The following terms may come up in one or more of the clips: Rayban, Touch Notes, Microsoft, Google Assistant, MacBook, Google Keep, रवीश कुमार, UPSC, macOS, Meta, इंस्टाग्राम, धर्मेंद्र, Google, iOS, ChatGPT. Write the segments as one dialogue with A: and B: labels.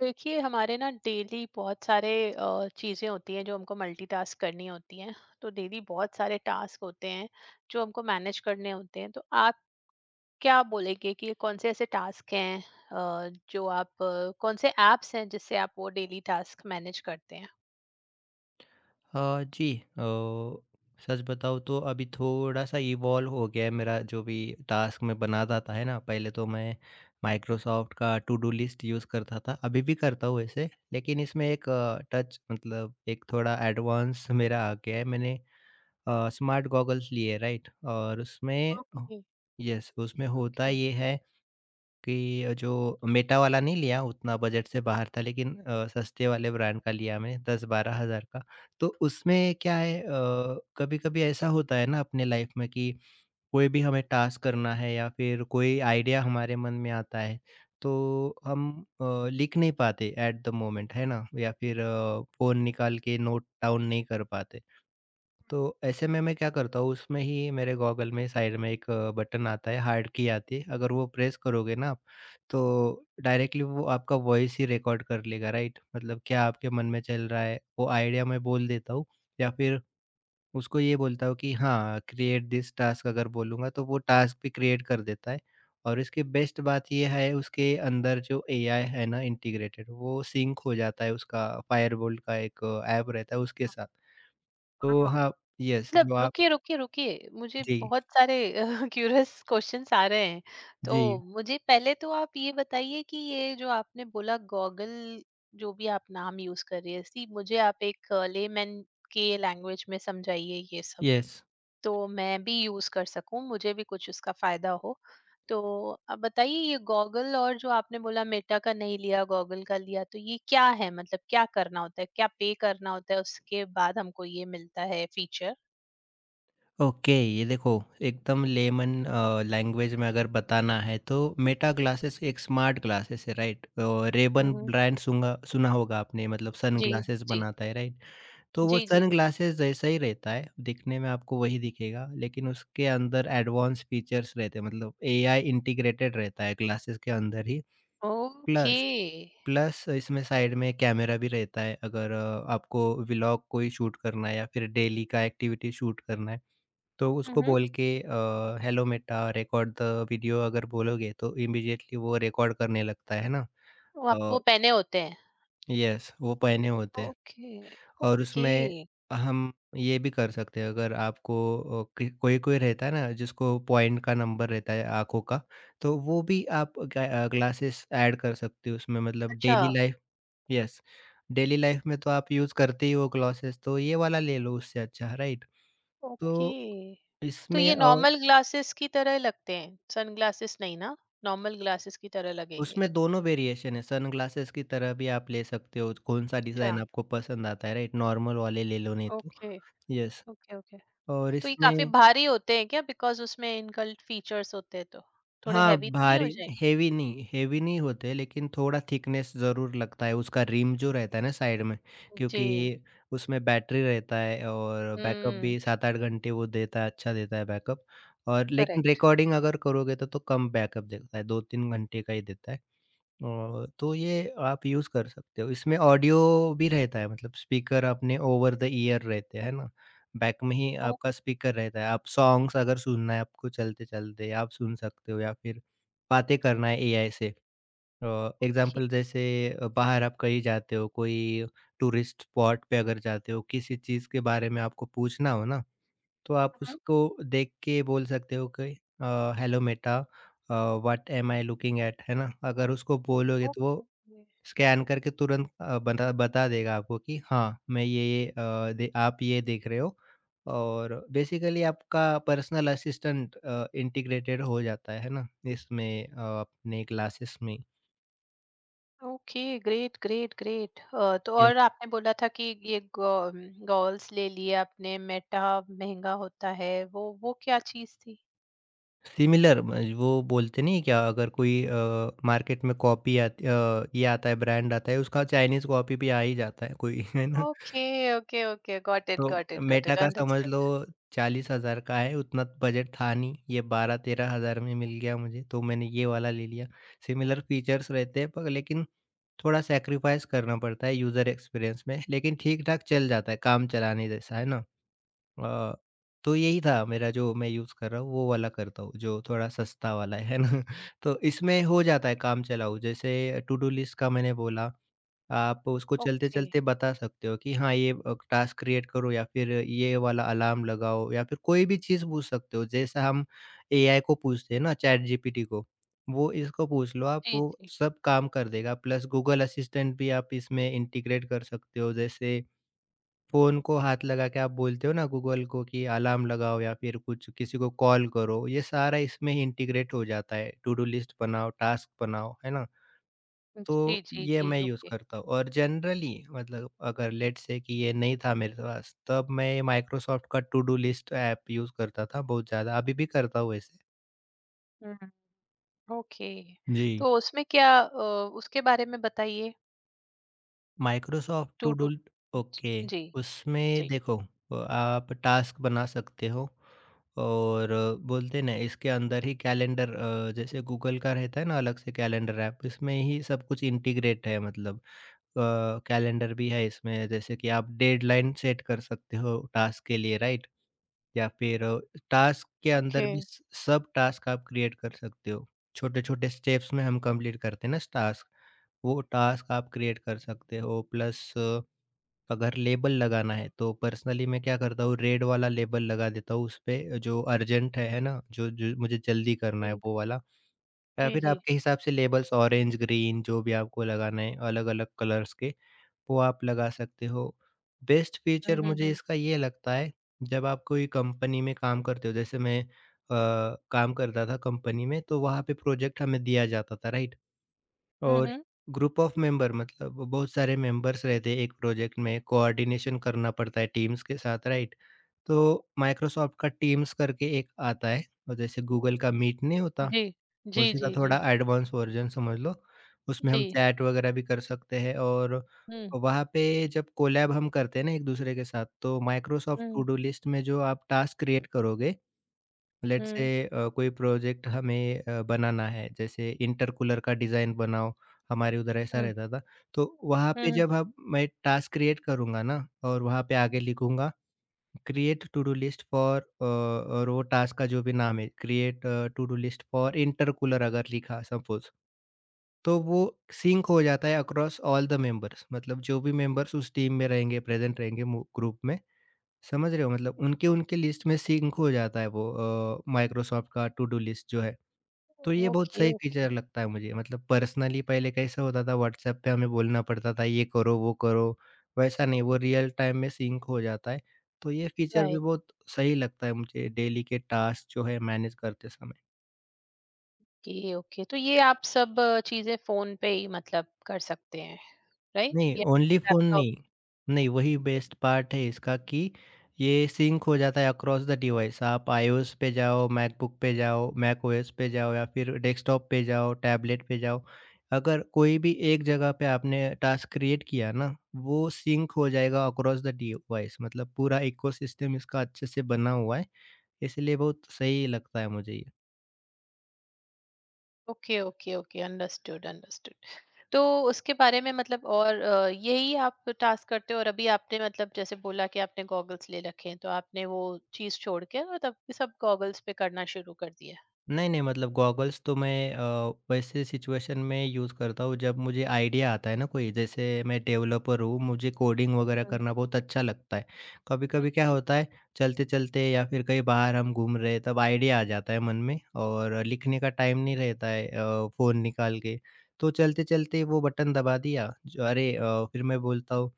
A: देखिए हमारे ना daily बहुत सारे चीज़ें होती हैं जो हमको मल्टीटास्क करनी होती हैं। तो डेली बहुत सारे टास्क होते हैं जो हमको मैनेज करने होते हैं। तो आप क्या बोलेंगे कि कौन से ऐसे टास्क हैं, जो आप कौन से एप्स हैं जिससे आप वो डेली टास्क मैनेज करते हैं।
B: हाँ जी। अ, सच बताऊँ तो अभी थोड़ा-सा इवॉल्व हो गया है मेरा जो भी टास्क मैं बनाता था, है ना? पहले तो मैं माइक्रोसॉफ्ट का टू डू लिस्ट यूज़ करता था, अभी भी करता हूँ वैसे। लेकिन इसमें एक टच मतलब एक थोड़ा एडवांस मेरा आ गया है, मैंने स्मार्ट गॉगल्स लिए हैं, राइट?
A: ओके।
B: यस, उसमें होता
A: ओके।
B: ये है कि जो मेटा वाला नहीं लिया, उतना बजट से बाहर था, लेकिन सस्ते वाले ब्रांड का लिया, मैं 10-12 हज़ार का। तो उसमें क्या है, कभी-कभी ऐसा होता है ना अपने लाइफ में कि कोई भी हमें टास्क करना है या फिर कोई आइडिया हमारे मन में आता है, तो हम अ, लिख नहीं पाते एट द मोमेंट, है ना? या फिर फ़ोन निकाल के नोट डाउन नहीं कर पाते। तो ऐसे में मैं क्या करता हूँ, उसमें ही मेरे गॉगल में साइड में एक बटन आता है, हार्ड की आती है, अगर वो प्रेस करोगे ना आप तो डायरेक्टली वो आपका वॉइस ही रिकॉर्ड कर लेगा, राइट? मतलब क्या आपके मन में चल रहा है वो आइडिया मैं बोल देता हूँ, या फिर उसको ये बोलता हूँ कि हाँ, क्रिएट दिस टास्क अगर बोलूँगा तो वो टास्क भी क्रिएट कर देता है। और इसकी बेस्ट बात ये है, उसके अंदर जो एआई है ना इंटीग्रेटेड, वो सिंक हो जाता है, उसका फायरबोल्ट का एक ऐप रहता है उसके साथ। तो हाँ, यस
A: मतलब
B: जो आप।
A: रुकिए, मुझे
B: जी,
A: बहुत सारे क्यूरियस क्वेश्चन्स आ रहे हैं। तो
B: जी,
A: मुझे पहले तो आप ये बताइए कि ये जो आपने बोला गॉगल जो भी आप नाम यूज़ कर रही हैं, सी मुझे आप एक लेमैन के लैंग्वेज में समझाइए ये सब,
B: यस,
A: तो मैं भी यूज़ कर सकूँ, मुझे भी कुछ उसका फ़ायदा हो। तो आप बताइए ये गॉगल और जो आपने बोला मेटा का नहीं लिया, गॉगल का लिया, तो ये क्या है? मतलब क्या करना होता है? क्या पे करना होता है, उसके बाद हमको ये मिलता है फीचर?
B: ओके, ये देखो, एकदम लेमन लैंग्वेज में अगर बताना है तो मेटा ग्लासेस एक स्मार्ट ग्लासेस है, राइट? रेबन ब्रांड सुंगा सुना होगा आपने, मतलब
A: जी,
B: सनग्लासेस
A: जी।
B: बनाता है, राइट? तो वो
A: जी, जी।
B: सनग्लासेस जैसा ही रहता है, दिखने में आपको वही दिखेगा, लेकिन उसके अंदर एडवांस फीचर्स रहते हैं, मतलब एआई इंटीग्रेटेड रहता है ग्लासेस के अंदर ही।
A: ओके।
B: प्लस, प्लस इसमें साइड में कैमरा भी रहता है। अगर आपको व्लॉग कोई शूट करना है या फिर डेली का एक्टिविटी शूट करना है, तो
A: हुँ,
B: उसको
A: हुँ।
B: बोल के hello Meta record the video अगर बोलोगे तो इमीडिएटली वो रिकॉर्ड करने लगता है ना?
A: वो आप
B: अ,
A: वो पहने होते हैं।
B: यस, वो पहने होते हैं।
A: ओके,
B: और
A: ओके।
B: उसमें हम ये भी कर सकते हैं, अगर आपको, कि कोई-कोई रहता है ना जिसको पॉइंट का नंबर रहता है आँखों का, तो वो भी आप ग्लासेस ऐड कर सकते हो उसमें, मतलब
A: अच्छा,
B: daily life. Yes, daily life में तो आप यूज़ करते ही हो ग्लॉसेस, तो ये वाला ले लो उससे अच्छा, राइट? तो
A: ओके। तो
B: इसमें
A: ये
B: और
A: नॉर्मल ग्लासेस की तरह लगते हैं, सनग्लासेस नहीं ना? नॉर्मल ग्लासेस की तरह लगेंगे।
B: उसमें दोनों वेरिएशन है, सनग्लासेस की तरह भी आप ले सकते हो, कौन-सा
A: अच्छा,
B: डिज़ाइन आपको पसंद आता है, राइट? नॉर्मल वाले ले लो नहीं तो।
A: Okay,
B: yes,
A: okay, okay.
B: और
A: तो ये काफ़ी
B: इसमें
A: भारी होते हैं क्या? बिकॉज़ उसमें इनबिल्ट फीचर्स होते हैं तो। थोड़े
B: हाँ,
A: हेवी तो नहीं
B: भारी
A: हो जाएँगे?
B: हेवी नहीं होते, लेकिन थोड़ा थिकनेस ज़रूर लगता है, उसका रिम जो रहता है ना साइड में,
A: जी।
B: क्योंकि उसमें बैटरी रहता है और बैकअप
A: हुँ,
B: भी 7-8 घंटे वो देता है, अच्छा देता है बैकअप। और लेकिन
A: करेक्ट।
B: रिकॉर्डिंग अगर करोगे तो कम बैकअप देता है, 2-3 घंटे का ही देता है। ओह! तो ये आप यूज़ कर सकते हो। इसमें ऑडियो भी रहता है, मतलब स्पीकर अपने ओवर द ईयर रहते हैं, है ना? बैक में ही आपका स्पीकर रहता है। आप सॉन्ग्स अगर सुनना है आपको, चलते-चलते आप सुन सकते हो, या फिर बातें करना है एआई से। अ,
A: ओके,
B: एग्ज़ाम्पल जैसे, बाहर आप कहीं जाते हो, कोई टूरिस्ट स्पॉट पे अगर जाते हो, किसी चीज़ के बारे में आपको पूछना हो ना, तो आप
A: हुँ,
B: उसको देख के बोल सकते हो कि "hello Meta, uh, what am I looking at", है ना? अगर उसको बोलोगे
A: हुँ।
B: तो वो
A: ओके।
B: स्कैन करके तुरंत बता बता देगा आपको कि हाँ, मैं ये-ये अ, दे आप ये देख रहे हो। और बेसिकली आपका पर्सनल असिस्टेंट इंटीग्रेटेड हो जाता है ना? इसमें अपने क्लासेस में।
A: Okay, great great great. तो
B: यस।
A: और आपने बोला था कि ये गॉल्स ले लिए आपने, मेटा महंगा होता है, वो क्या चीज थी?
B: सिमिलर म वो बोलते नहीं है क्या, अगर कोई मार्केट में ये आता है, ब्रांड आता है, उसका चाइनीज़ कॉपी भी आ ही जाता है कोई, है ना?
A: Okay okay okay, got it
B: तो
A: got it got
B: Meta
A: it,
B: का समझ लो
A: अंडरस्टूड।
B: 40,000 का है, उतना बजट था नहीं, ये 12-13,000 में मिल गया मुझे, तो मैंने ये वाला ले लिया। सिमिलर फीचर्स रहते हैं पर, लेकिन थोड़ा सैक्रिफाइस करना पड़ता है यूज़र एक्सपीरियंस में, लेकिन ठीक-ठाक चल जाता है, काम चलाने जैसा, है ना? अ, तो यही था मेरा, जो मैं यूज़ कर रहा हूँ वो वाला करता हूँ, जो थोड़ा सस्ता वाला है ना? तो इसमें हो जाता है काम चलाऊ, जैसे टू डू लिस्ट का मैंने बोला, आप उसको
A: ओके।
B: चलते-चलते बता सकते हो कि हाँ, ये टास्क क्रिएट करो या फिर ये वाला अलार्म लगाओ, या फिर कोई भी चीज़ पूछ सकते हो जैसा हम एआई को पूछते हैं ना, चैट जीपीटी को, वो इसको पूछ लो आप,
A: जी
B: वो
A: जी
B: सब काम कर देगा। प्लस गूगल असिस्टेंट भी आप इसमें इंटीग्रेट कर सकते हो, जैसे फ़ोन को हाथ लगा के आप बोलते हो ना गूगल को कि अलार्म लगाओ या फिर कुछ किसी को कॉल करो, ये सारा इसमें इंटीग्रेट हो जाता है, टू डू लिस्ट बनाओ, टास्क बनाओ, है ना? तो
A: जी। जी
B: ये
A: जी।
B: मैं यूज़
A: ओके।
B: करता हूँ, और जनरली मतलब, अगर लेट्स से कि ये नहीं था मेरे पास, तब मैं माइक्रोसॉफ्ट का to do list app use करता था बहुत ज़्यादा, अभी भी करता हूँ वैसे।
A: हम्म। ओके।
B: जी।
A: तो उसमें क्या, उसके बारे में बताइए।
B: Microsoft
A: to
B: to do.
A: To.
B: Okay,
A: जी।
B: उसमें
A: जी।
B: देखो, आप टास्क बना सकते हो, और बोलते हैं ना, इसके अंदर ही कैलेंडर, जैसे गूगल का रहता है ना अलग से कैलेंडर ऐप, इसमें ही सब कुछ इंटीग्रेट है, मतलब कैलेंडर भी है इसमें, जैसे कि आप डेडलाइन सेट कर सकते हो टास्क के लिए, राइट? या फिर टास्क के अंदर
A: ओके।
B: भी सब टास्क आप क्रिएट कर सकते हो। छोटे छोटे स्टेप्स में हम कंप्लीट करते हैं ना टास्क, वो टास्क आप क्रिएट कर सकते हो। प्लस अगर लेबल लगाना है, तो पर्सनली मैं क्या करता हूँ, रेड वाला लेबल लगा देता हूँ उस पे जो अर्जेंट है ना? जो जो मुझे जल्दी करना है
A: जी।
B: वो वाला, या
A: जी
B: फिर
A: जी।
B: आपके हिसाब से लेबल्स, ऑरेंज, ग्रीन, जो भी आपको लगाना है अलग अलग कलर्स के, वो आप लगा सकते हो। बेस्ट फीचर मुझे
A: हम्म।
B: इसका ये लगता है, जब आप कोई कंपनी में काम करते हो, जैसे मैं काम करता था कंपनी में, तो वहाँ पे प्रोजेक्ट हमें दिया जाता था, राइट?
A: हम्म,
B: और
A: हम्म,
B: ग्रुप ऑफ मेंबर, मतलब बहुत सारे मेंबर्स रहते हैं एक प्रोजेक्ट में, कोऑर्डिनेशन करना पड़ता है टीम्स के साथ, राइट? तो माइक्रोसॉफ्ट का टीम्स करके एक आता है, और जैसे गूगल का मीट नहीं होता,
A: जी। जी
B: उसी का
A: जी। जी
B: थोड़ा एडवांस वर्ज़न समझ लो। उसमें
A: जी।
B: हम चैट वगैरह भी कर सकते हैं, और
A: हम्म
B: वहाँ पे जब कोलैब हम करते हैं ना एक-दूसरे के साथ, तो Microsoft to
A: hmm
B: do list में जो आप टास्क क्रिएट करोगे, लेट्स से
A: हम्म।
B: कोई प्रोजेक्ट हमें बनाना है, जैसे इंटरकूलर का डिज़ाइन बनाओ, हमारे उधर ऐसा
A: हुँ।
B: रहता था। तो वहाँ
A: हुँ,
B: पे
A: हुँ।
B: जब हम मैं टास्क क्रिएट करूँगा ना, और वहाँ पे आगे लिखूँगा create to do list for, और वो टास्क का जो भी नाम है, create to do list for intercooler अगर लिखा सपोज़, तो वो सिंक हो जाता है अक्रॉस ऑल द मेंबर्स, मतलब जो भी मेंबर्स उस टीम में रहेंगे, प्रेज़ेंट रहेंगे मु ग्रुप में, समझ रहे हो, मतलब उनके उनके लिस्ट में सिंक हो जाता है वो माइक्रोसॉफ्ट का टू डू लिस्ट जो है। तो ये बहुत
A: ओके,
B: सही
A: ओके।
B: फीचर लगता है मुझे, मतलब पर्सनली पहले कैसा होता था, व्हाट्सएप पे हमें बोलना पड़ता था ये करो, वो करो, वैसा नहीं, वो रियल टाइम में सिंक हो जाता है। तो ये फीचर भी
A: राइट।
B: बहुत सही लगता है मुझे डेली के टास्क जो है मैनेज करते समय।
A: Okay, okay. तो ये आप सब चीज़ें फ़ोन पे ही मतलब कर सकते हैं, राइट?
B: नहीं,
A: या
B: ओनली फ़ोन
A: लैपटॉप।
B: नहीं। नहीं, वही
A: ओके।
B: बेस्ट पार्ट है इसका कि ये सिंक हो जाता है अक्रॉस द डिवाइस। आप आईओएस पे जाओ, मैकबुक पे जाओ, मैकओएस पे जाओ, या फिर डेस्कटॉप पे जाओ, टैबलेट पे जाओ। अगर कोई भी एक जगह पे आपने टास्क क्रिएट किया ना, वो सिंक हो जाएगा अक्रॉस द डिवाइस, मतलब पूरा इकोसिस्टम इसका अच्छे से बना हुआ है, इसलिए बहुत सही लगता है मुझे ये।
A: Okay, okay, okay. Understood, understood. तो उसके बारे में मतलब और यही आप टास्क करते हो और अभी आपने मतलब जैसे बोला कि आपने गॉगल्स ले रखे हैं, तो आपने वो चीज़ छोड़ के और तब भी सब गॉगल्स पे करना शुरू कर दिया।
B: नहीं, नहीं मतलब गॉगल्स तो मैं वैसे सिचुएशन में यूज़ करता हूँ जब मुझे आइडिया आता है ना कोई, जैसे मैं डेवलपर हूँ, मुझे कोडिंग वगैरह
A: हुँ।
B: करना बहुत अच्छा लगता है। कभी-कभी क्या
A: हुँ,
B: होता है, चलते-चलते या फिर कहीं बाहर हम घूम रहे हैं, तब आइडिया आ जाता है मन में और लिखने का टाइम नहीं रहता है फ़ोन निकाल के। तो चलते-चलते वो बटन दबा दिया, ज अरे, फिर मैं बोलता हूँ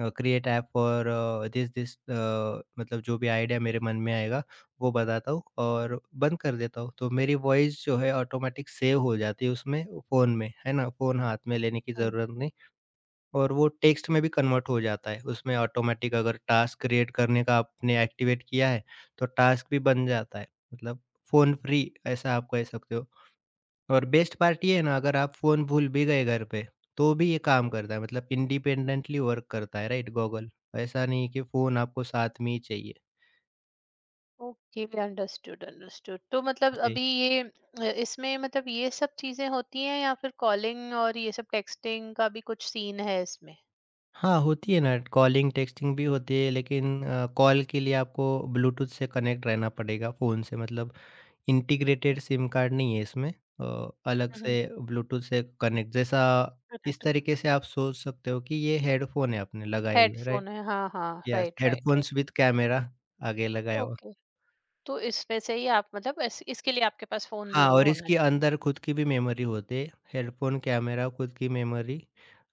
B: create app for this this मतलब जो भी आइडिया मेरे मन में आएगा वो बताता हूँ और बंद कर देता हूँ। तो मेरी वॉइस जो है ऑटोमैटिक सेव हो जाती है उसमें फ़ोन में, है ना? फ़ोन हाथ में लेने की
A: हुँ।
B: ज़रूरत नहीं। और वो टेक्स्ट में भी कन्वर्ट हो जाता है। उसमें ऑटोमैटिक अगर टास्क क्रिएट करने का आपने एक्टिवेट किया है, तो टास्क भी बन जाता है। मतलब फ़ोन फ्री ऐसा आप कह सकते हो। और बेस्ट पार्ट ये है ना, अगर आप फ़ोन भूल भी गए घर पे, तो भी ये काम करता है, मतलब इंडिपेंडेंटली वर्क करता है राइट गॉगल। ऐसा नहीं कि फ़ोन आपको साथ में ही चाहिए।
A: Okay, understood understood. तो मतलब
B: जी।
A: अभी ये इसमें मतलब ये सब चीजें होती हैं या फिर कॉलिंग और ये सब टेक्सटिंग का भी कुछ सीन है इसमें?
B: हाँ, होती है ना कॉलिंग, टेक्सटिंग भी होती है, लेकिन कॉल के लिए आपको ब्लूटूथ से कनेक्ट रहना पड़ेगा फ़ोन से। मतलब इंटीग्रेटेड सिम कार्ड नहीं है इसमें। अलग से
A: हम्म।
B: ब्लूटूथ से कनेक्ट जैसा। इस तरीके से आप सोच सकते हो कि ये हेडफ़ोन है आपने लगाए हुए, राइट?
A: हेडफोन है, हाँ हाँ,
B: yes,
A: right right right.
B: Headphones with camera आगे लगाया हुआ।
A: ओके। तो इसमें से ही आप मतलब इसके लिए आपके पास फोन
B: हाँ,
A: जरूर
B: और
A: होना
B: इसके
A: चाहिए।
B: अंदर खुद की भी मेमोरी होती है। हेडफ़ोन, कैमरा, खुद की मेमोरी।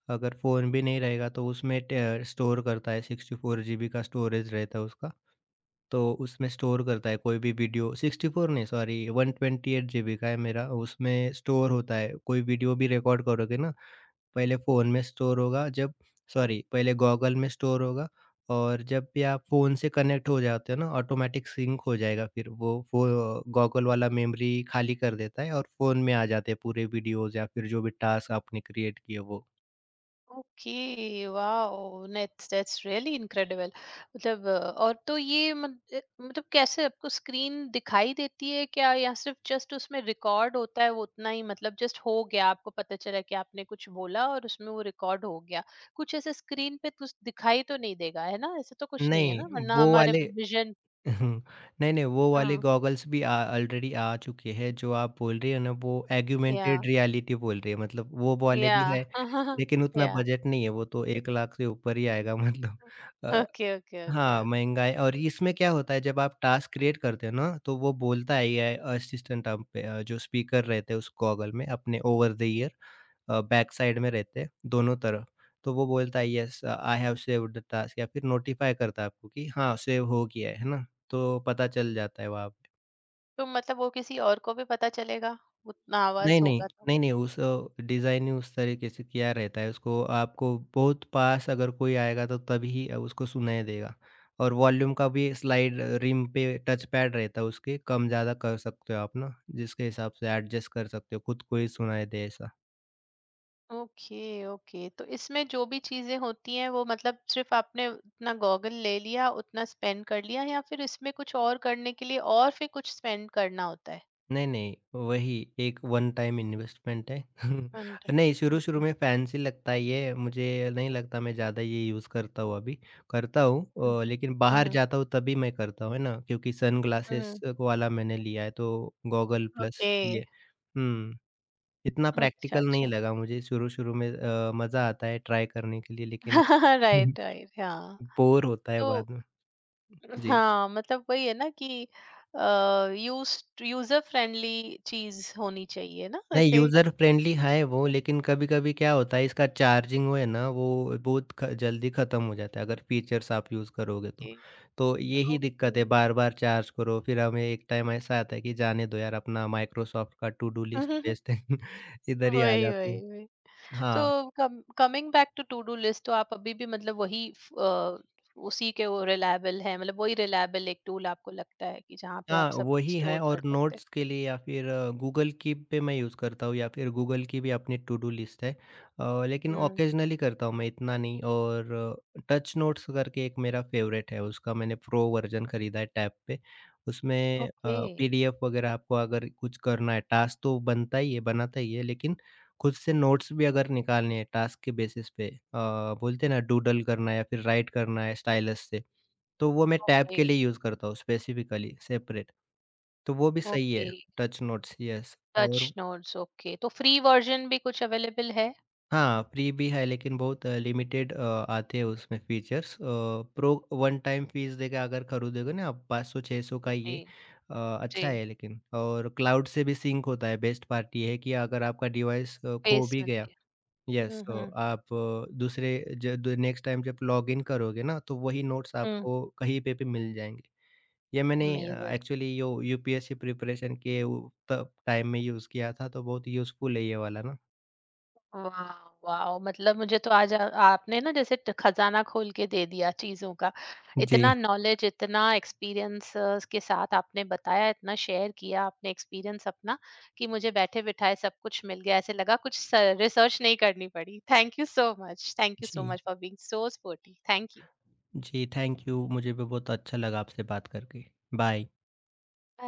B: अगर फ़ोन भी नहीं रहेगा तो उसमें ट स्टोर करता है। 64 जीबी का स्टोरेज रहता है उसका। तो उसमें स्टोर करता है कोई भी वीडियो। 64 नहीं, सॉरी 128 जीबी का है मेरा, उसमें स्टोर होता है। कोई वीडियो भी रिकॉर्ड करोगे ना, पहले फ़ोन में स्टोर होगा। जब, सॉरी, पहले गॉगल में स्टोर होगा, और जब भी आप फ़ोन से कनेक्ट हो जाते हो ना, ऑटोमेटिक सिंक हो जाएगा। फिर वो गॉगल वाला मेमोरी खाली कर देता है और फ़ोन में आ जाते हैं पूरे वीडियोज़ या फिर जो भी टास्क आपने क्रिएट किए वो।
A: Okay, wow, that's that's really incredible. मतलब और तो ये मतलब कैसे आपको स्क्रीन दिखाई देती है क्या, या सिर्फ जस्ट उसमें रिकॉर्ड होता है वो उतना ही? मतलब जस्ट हो गया, आपको पता चला कि आपने कुछ बोला और उसमें वो रिकॉर्ड हो गया, कुछ ऐसे? स्क्रीन पे कुछ दिखाई तो नहीं देगा है ना? ऐसा तो कुछ नहीं है
B: नहीं,
A: ना, वरना
B: वो
A: हमारे
B: वाले।
A: विजन।
B: नहीं, नहीं वो वाले गॉगल्स भी आ ऑलरेडी आ आ चुके हैं। जो आप बोल रही हो ना, वो
A: या।
B: ऑगमेंटेड रियलिटी बोल रही है, मतलब वो वाले
A: या।
B: भी है, लेकिन उतना
A: या।
B: बजट नहीं है। वो तो 1 लाख से ऊपर ही आएगा। मतलब अ
A: ओके ओके ओके।
B: हाँ, महँगाई। और इसमें क्या होता है, जब आप टास्क क्रिएट करते हो ना, तो वो बोलता है एआई असिस्टेंट आप पे। जो स्पीकर रहते हैं उस गॉगल में अपने over the ear, back side में रहते हैं दोनों तरफ। तो वो बोलता है yes I have saved the task, या फिर नोटिफ़ाई करता है आपको कि हाँ सेव हो गया है ना? तो पता चल जाता है वहाँ पे।
A: तो मतलब वो किसी और को भी पता चलेगा, उतना आवाज
B: नहीं, नहीं।
A: होगा तो?
B: नहीं, नहीं। डिज़ाइन ही उस तरीके से किया रहता है उसको। आपको बहुत पास अगर कोई आएगा तो तभी उसको सुनाई देगा। और वॉल्यूम का भी स्लाइड रिम पे टच पैड रहता है उसके, कम-ज़्यादा कर सकते हो आप ना, जिसके हिसाब से एडजस्ट कर सकते हो, खुद को ही सुनाई दे ऐसा।
A: Okay, okay. तो इसमें जो भी चीजें होती हैं वो मतलब सिर्फ आपने उतना गॉगल ले लिया, उतना स्पेंड कर लिया, या फिर इसमें कुछ और करने के लिए और फिर कुछ स्पेंड करना होता है?
B: नहीं, नहीं, वही एक वन टाइम इन्वेस्टमेंट है।
A: वन
B: नहीं,
A: टाइम,
B: शुरू-शुरू
A: ओके।
B: में फैंसी लगता है ये, मुझे नहीं लगता मैं ज़्यादा ये यूज़ करता हूँ अभी। करता हूँ।
A: हम्म
B: लेकिन बाहर
A: हम्म
B: जाता हूँ तभी मैं करता हूँ, है ना? क्योंकि
A: हम्म,
B: सनग्लासेस वाला मैंने लिया है, तो गॉगल प्लस
A: ओके।
B: ये। हुँ, इतना
A: अच्छा
B: प्रैक्टिकल नहीं
A: अच्छा।
B: लगा मुझे शुरू-शुरू में। मज़ा आता है ट्राई करने के लिए, लेकिन
A: राइट राइट हाँ।
B: बोर होता है
A: तो
B: बाद में। जी।
A: हाँ, मतलब वही है ना कि यूजर फ्रेंडली चीज होनी चाहिए ना
B: नहीं,
A: ऐसे।
B: यूज़र फ्रेंडली है वो, लेकिन कभी-कभी क्या होता है, इसका चार्जिंग वो है ना, वो बहुत ख जल्दी ख़त्म हो जाता है अगर फीचर्स आप यूज़ करोगे तो।
A: कि-।
B: तो यही
A: ओके।
B: दिक्कत है, बार-बार चार्ज करो। फिर हमें एक टाइम ऐसा आता है कि जाने दो यार, अपना माइक्रोसॉफ्ट का टू डू लिस्ट भेजते हैं इधर ही आ
A: वही
B: जाते हैं।
A: वही। तो
B: हाँ।
A: Come coming back to to do list, तो आप अभी भी मतलब वही, अ, उसी के, वो रिलायबल है, मतलब वही रिलायबल एक टूल आपको लगता है कि जहाँ पे आप
B: हाँ,
A: सब कुछ
B: वही है।
A: स्टोर कर
B: और
A: सकते हैं?
B: नोट्स के लिए या फिर गूगल कीप पे मैं यूज़ करता हूँ, या फिर गूगल की भी अपनी टू डू लिस्ट है। लेकिन
A: हम्म।
B: ऑकेजनली करता हूँ मैं, इतना नहीं। और टच नोट्स करके एक मेरा फ़ेवरेट है, उसका मैंने प्रो वर्ज़न खरीदा है टैब पे। उसमें
A: ओके।
B: पीडीएफ वग़ैरह आपको अगर कुछ करना है, टास्क तो बनता ही है, बनाता ही है, लेकिन खुद से नोट्स भी अगर निकालने हैं टास्क के बेसिस पे, बोलते हैं ना डूडल करना है या फिर राइट करना है स्टाइलस से, तो वो मैं टैब
A: ओके
B: के लिए यूज़ करता हूँ स्पेसिफ़िकली सेपरेट। तो वो भी सही है,
A: okay.
B: Touch notes, yes.
A: Touch
B: और
A: नोट्स, ओके। तो फ्री वर्जन भी कुछ अवेलेबल है?
B: हाँ, फ्री भी है लेकिन बहुत लिमिटेड आते हैं उसमें features. Pro one time fees देके अगर खरीदोगे ना आप, 500-600 का ही
A: जी।
B: है।
A: जी,
B: अच्छा है। लेकिन और क्लाउड से भी सिंक होता है, बेस्ट पार्ट ये है कि अगर आपका डिवाइस खो
A: बेस
B: भी गया,
A: मिलती है।
B: यस, तो
A: हम्म।
B: आप दूसरे ज द नेक्स्ट टाइम जब लॉगिन करोगे ना, तो वही नोट्स
A: हम्म।
B: आपको कहीं पे भी मिल जाएँगे। ये मैंने
A: अमेजिंग।
B: एक्चुअली यो यूपीएससी प्रिपरेशन के तब टाइम में यूज़ किया था, तो बहुत यूज़फुल है ये वाला ना।
A: वाह! वाह! मतलब मुझे तो आज आ आपने ना जैसे ट खज़ाना खोल के दे दिया चीज़ों का।
B: जी,
A: इतना नॉलेज, इतना एक्सपीरियंस के साथ आपने बताया, इतना शेयर किया आपने एक्सपीरियंस अपना, कि मुझे बैठे-बिठाए सब कुछ मिल गया। ऐसे लगा कुछ स रिसर्च नहीं करनी पड़ी। Thank you so much. Thank you so
B: जी।
A: Much for being so sportive. Thank you.
B: जी, थैंक यू। मुझे भी बहुत अच्छा लगा आपसे बात करके। बाय।
A: बाय।